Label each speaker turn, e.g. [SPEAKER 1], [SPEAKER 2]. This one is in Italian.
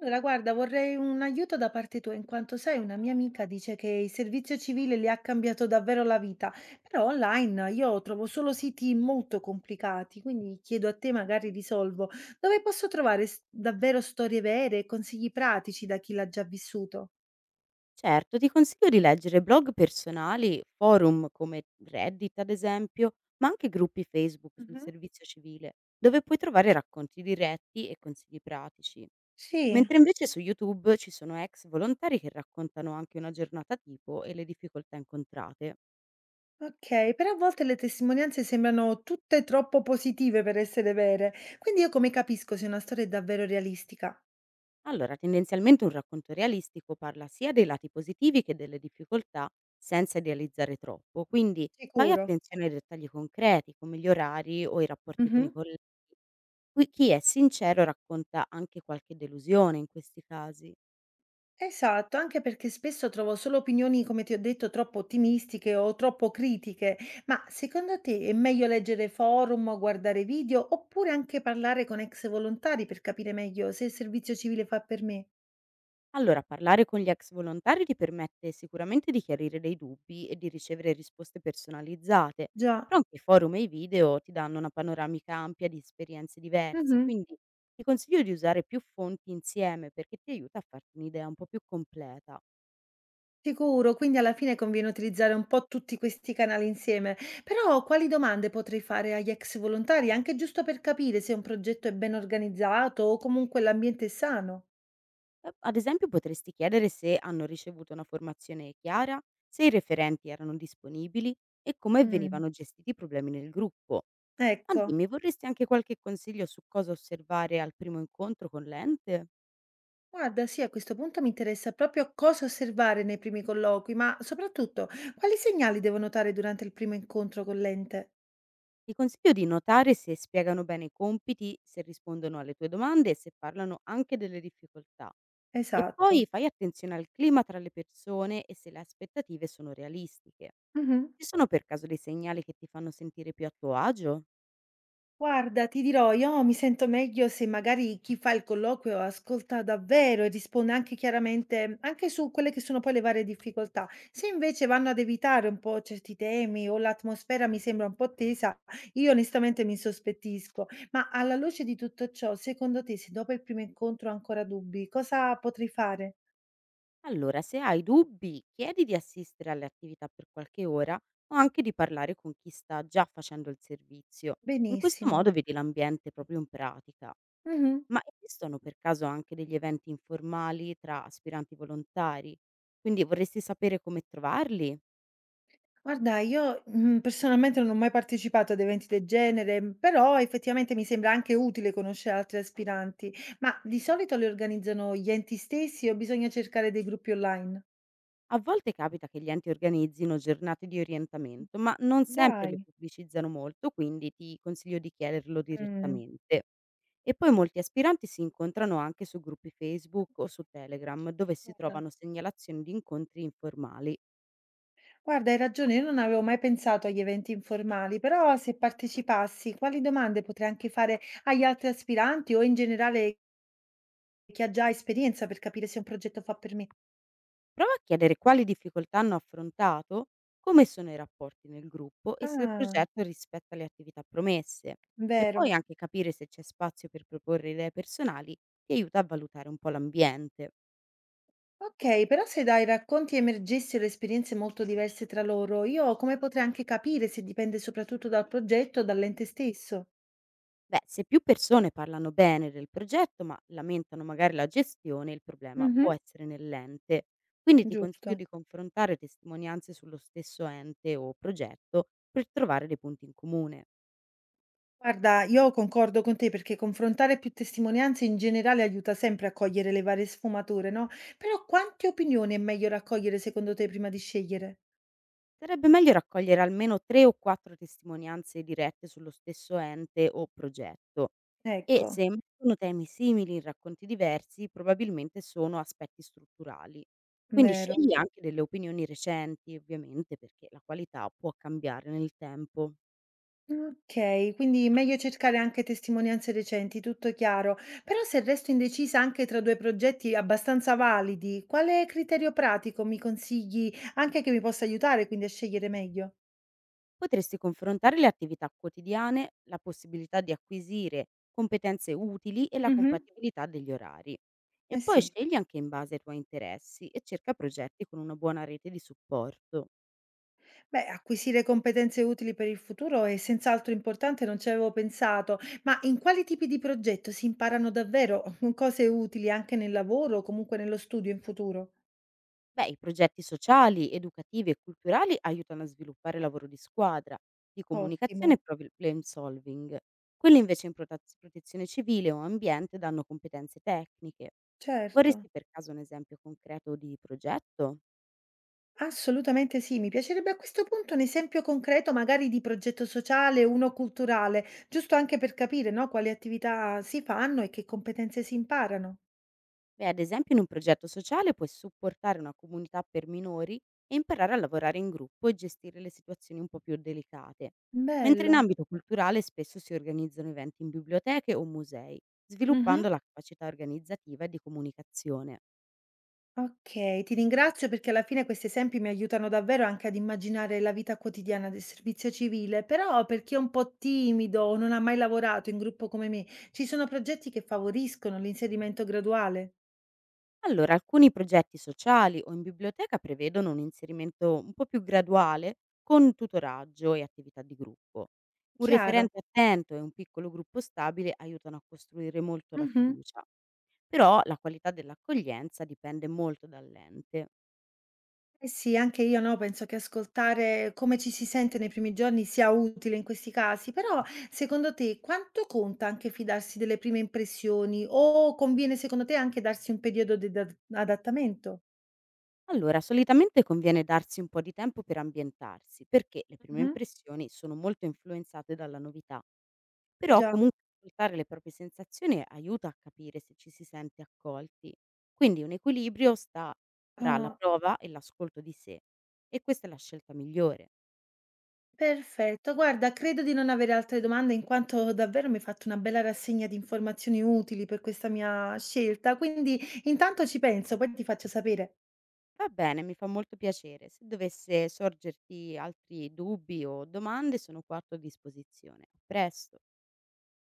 [SPEAKER 1] Allora, guarda, vorrei un aiuto da parte tua, in quanto sai, una mia amica dice che il servizio civile le ha cambiato davvero la vita, però online io trovo solo siti molto complicati, quindi chiedo a te, magari risolvo, dove posso trovare davvero storie vere e consigli pratici da chi l'ha già vissuto?
[SPEAKER 2] Certo, ti consiglio di leggere blog personali, forum come Reddit ad esempio, ma anche gruppi Facebook sul
[SPEAKER 1] Mhm.
[SPEAKER 2] servizio civile, dove puoi trovare racconti diretti e consigli pratici.
[SPEAKER 1] Sì,
[SPEAKER 2] Mentre invece su YouTube ci sono ex volontari che raccontano anche una giornata tipo e le difficoltà incontrate.
[SPEAKER 1] ok, però a volte le testimonianze sembrano tutte troppo positive per essere vere, quindi io come capisco se una storia è davvero realistica?
[SPEAKER 2] Allora, tendenzialmente un racconto realistico parla sia dei lati positivi che delle difficoltà, senza idealizzare troppo, quindi fai
[SPEAKER 1] Sicuro.
[SPEAKER 2] attenzione ai dettagli concreti come gli orari o i rapporti con
[SPEAKER 1] Mhm.
[SPEAKER 2] i colleghi. Qui chi è sincero racconta anche qualche delusione in questi casi.
[SPEAKER 1] Esatto, anche perché spesso trovo solo opinioni, come ti ho detto, troppo ottimistiche o troppo critiche. Ma secondo te è meglio leggere forum o guardare video oppure anche parlare con ex volontari per capire meglio se il servizio civile fa per me?
[SPEAKER 2] Allora, parlare con gli ex volontari ti permette sicuramente di chiarire dei dubbi e di ricevere risposte personalizzate,
[SPEAKER 1] Già,
[SPEAKER 2] però anche i forum e i video ti danno una panoramica ampia di esperienze diverse,
[SPEAKER 1] mhm,
[SPEAKER 2] quindi ti consiglio di usare più fonti insieme perché ti aiuta a farti un'idea un po' più completa.
[SPEAKER 1] sicuro, quindi alla fine conviene utilizzare un po' tutti questi canali insieme. Però quali domande potrei fare agli ex volontari, anche giusto per capire se un progetto è ben organizzato o comunque l'ambiente è sano?
[SPEAKER 2] Ad esempio potresti chiedere se hanno ricevuto una formazione chiara, se i referenti erano disponibili e come
[SPEAKER 1] Mm.
[SPEAKER 2] venivano gestiti i problemi nel gruppo. Ma
[SPEAKER 1] Ecco.
[SPEAKER 2] dimmi, vorresti anche qualche consiglio su cosa osservare al primo incontro con l'ente?
[SPEAKER 1] Guarda, sì, a questo punto mi interessa proprio cosa osservare nei primi colloqui, ma soprattutto quali segnali devo notare durante il primo incontro con l'ente.
[SPEAKER 2] Ti consiglio di notare se spiegano bene i compiti, se rispondono alle tue domande e se parlano anche delle difficoltà. E
[SPEAKER 1] Esatto.
[SPEAKER 2] poi fai attenzione al clima tra le persone e se le aspettative sono realistiche.
[SPEAKER 1] Mhm.
[SPEAKER 2] Ci sono per caso dei segnali che ti fanno sentire più a tuo agio?
[SPEAKER 1] Guarda, ti dirò, io mi sento meglio se magari chi fa il colloquio ascolta davvero e risponde anche chiaramente, anche su quelle che sono poi le varie difficoltà. Se invece vanno ad evitare un po' certi temi o l'atmosfera mi sembra un po' tesa, io onestamente mi sospettisco. Ma alla luce di tutto ciò, secondo te, se dopo il primo incontro ho ancora dubbi, cosa potrei fare?
[SPEAKER 2] Allora, se hai dubbi, chiedi di assistere alle attività per qualche ora o anche di parlare con chi sta già facendo il servizio. In questo
[SPEAKER 1] Benissimo.
[SPEAKER 2] modo vedi l'ambiente proprio in pratica.
[SPEAKER 1] Mhm.
[SPEAKER 2] Ma esistono per caso anche degli eventi informali tra aspiranti volontari? Quindi vorresti sapere come trovarli?
[SPEAKER 1] Guarda, io, personalmente non ho mai partecipato ad eventi del genere, però effettivamente mi sembra anche utile conoscere altri aspiranti. Ma di solito li organizzano gli enti stessi o bisogna cercare dei gruppi online?
[SPEAKER 2] A volte capita che gli enti organizzino giornate di orientamento, ma non sempre le
[SPEAKER 1] Dai.
[SPEAKER 2] pubblicizzano molto, quindi ti consiglio di chiederlo
[SPEAKER 1] Mh.
[SPEAKER 2] direttamente. E poi molti aspiranti si incontrano anche su gruppi Facebook o su Telegram, dove si
[SPEAKER 1] Guarda
[SPEAKER 2] trovano segnalazioni di incontri informali.
[SPEAKER 1] guarda, hai ragione, io non avevo mai pensato agli eventi informali, però se partecipassi, quali domande potrei anche fare agli altri aspiranti o in generale chi ha già esperienza per capire se un progetto fa per me?
[SPEAKER 2] Prova a chiedere quali difficoltà hanno affrontato, come sono i rapporti nel gruppo e se il
[SPEAKER 1] Ah,
[SPEAKER 2] progetto rispetta le attività promesse. E
[SPEAKER 1] vero.
[SPEAKER 2] poi anche capire se c'è spazio per proporre idee personali ti aiuta a valutare un po' l'ambiente.
[SPEAKER 1] Okay, però se dai racconti emergessero esperienze molto diverse tra loro, io come potrei anche capire se dipende soprattutto dal progetto o dall'ente stesso?
[SPEAKER 2] Beh, se più persone parlano bene del progetto, ma lamentano magari la gestione, il problema può
[SPEAKER 1] Mhm.
[SPEAKER 2] essere nell'ente. Quindi ti consiglio
[SPEAKER 1] Giusto.
[SPEAKER 2] di confrontare testimonianze sullo stesso ente o progetto per trovare dei punti in comune.
[SPEAKER 1] Guarda, io concordo con te perché confrontare più testimonianze in generale aiuta sempre a cogliere le varie sfumature, no? Però quante opinioni è meglio raccogliere secondo te prima di scegliere?
[SPEAKER 2] Sarebbe meglio raccogliere almeno 3 o 4 testimonianze dirette sullo stesso ente o progetto e
[SPEAKER 1] Ecco,
[SPEAKER 2] se emergono temi simili in racconti diversi, probabilmente sono aspetti strutturali. Quindi
[SPEAKER 1] vero.
[SPEAKER 2] scegli anche delle opinioni recenti, ovviamente, perché la qualità può cambiare nel tempo.
[SPEAKER 1] Okay, quindi meglio cercare anche testimonianze recenti, tutto chiaro. Però se resto indecisa anche tra 2 progetti abbastanza validi, quale criterio pratico mi consigli anche che mi possa aiutare quindi a scegliere meglio?
[SPEAKER 2] Potresti confrontare le attività quotidiane, la possibilità di acquisire competenze utili e la
[SPEAKER 1] Mh-mh.
[SPEAKER 2] compatibilità degli orari. E
[SPEAKER 1] Eh
[SPEAKER 2] poi
[SPEAKER 1] sì.
[SPEAKER 2] scegli anche in base ai tuoi interessi e cerca progetti con una buona rete di supporto.
[SPEAKER 1] Beh, acquisire competenze utili per il futuro è senz'altro importante, non ci avevo pensato. Ma in quali tipi di progetto si imparano davvero cose utili anche nel lavoro o comunque nello studio in futuro?
[SPEAKER 2] Beh, i progetti sociali, educativi e culturali aiutano a sviluppare lavoro di squadra, di
[SPEAKER 1] Ottimo,
[SPEAKER 2] comunicazione e problem solving. Quelli invece in protezione civile o ambiente danno competenze tecniche.
[SPEAKER 1] certo.
[SPEAKER 2] Vorresti per caso un esempio concreto di progetto?
[SPEAKER 1] Assolutamente sì, mi piacerebbe a questo punto un esempio concreto, magari di progetto sociale, uno culturale, giusto anche per capire, no, quali attività si fanno e che competenze si imparano.
[SPEAKER 2] Beh, ad esempio in un progetto sociale puoi supportare una comunità per minori e imparare a lavorare in gruppo e gestire le situazioni un po' più delicate. Mentre in
[SPEAKER 1] Bello.
[SPEAKER 2] ambito culturale spesso si organizzano eventi in biblioteche o musei,
[SPEAKER 1] Mhm.
[SPEAKER 2] sviluppando la capacità organizzativa e di comunicazione.
[SPEAKER 1] Ok, ti ringrazio perché alla fine questi esempi mi aiutano davvero anche ad immaginare la vita quotidiana del servizio civile, però per chi è un po' timido o non ha mai lavorato in gruppo come me, ci sono progetti che favoriscono l'inserimento graduale.
[SPEAKER 2] Allora, alcuni progetti sociali o in biblioteca prevedono un inserimento un po' più graduale con tutoraggio e attività di gruppo. Un
[SPEAKER 1] Chiaro.
[SPEAKER 2] referente attento e un piccolo gruppo stabile aiutano a costruire molto la
[SPEAKER 1] Mhm.
[SPEAKER 2] fiducia. Però la qualità dell'accoglienza dipende molto dall'ente.
[SPEAKER 1] Eh sì, anche io, no, penso che ascoltare come ci si sente nei primi giorni sia utile in questi casi, però secondo te quanto conta anche fidarsi delle prime impressioni o conviene secondo te anche darsi un periodo di adattamento?
[SPEAKER 2] Allora, solitamente conviene darsi un po' di tempo per ambientarsi, perché le prime
[SPEAKER 1] Mhm.
[SPEAKER 2] impressioni sono molto influenzate dalla novità. Però
[SPEAKER 1] Già,
[SPEAKER 2] comunque ascoltare le proprie sensazioni aiuta a capire se ci si sente accolti. Quindi un equilibrio sta tra la
[SPEAKER 1] ah,
[SPEAKER 2] prova e l'ascolto di sé. E questa è la scelta migliore.
[SPEAKER 1] perfetto. Guarda, credo di non avere altre domande in quanto davvero mi hai fatto una bella rassegna di informazioni utili per questa mia scelta, quindi intanto ci penso, poi ti faccio sapere.
[SPEAKER 2] Va bene, mi fa molto piacere. Se dovesse sorgerti altri dubbi o domande, sono qua a tua disposizione. A presto.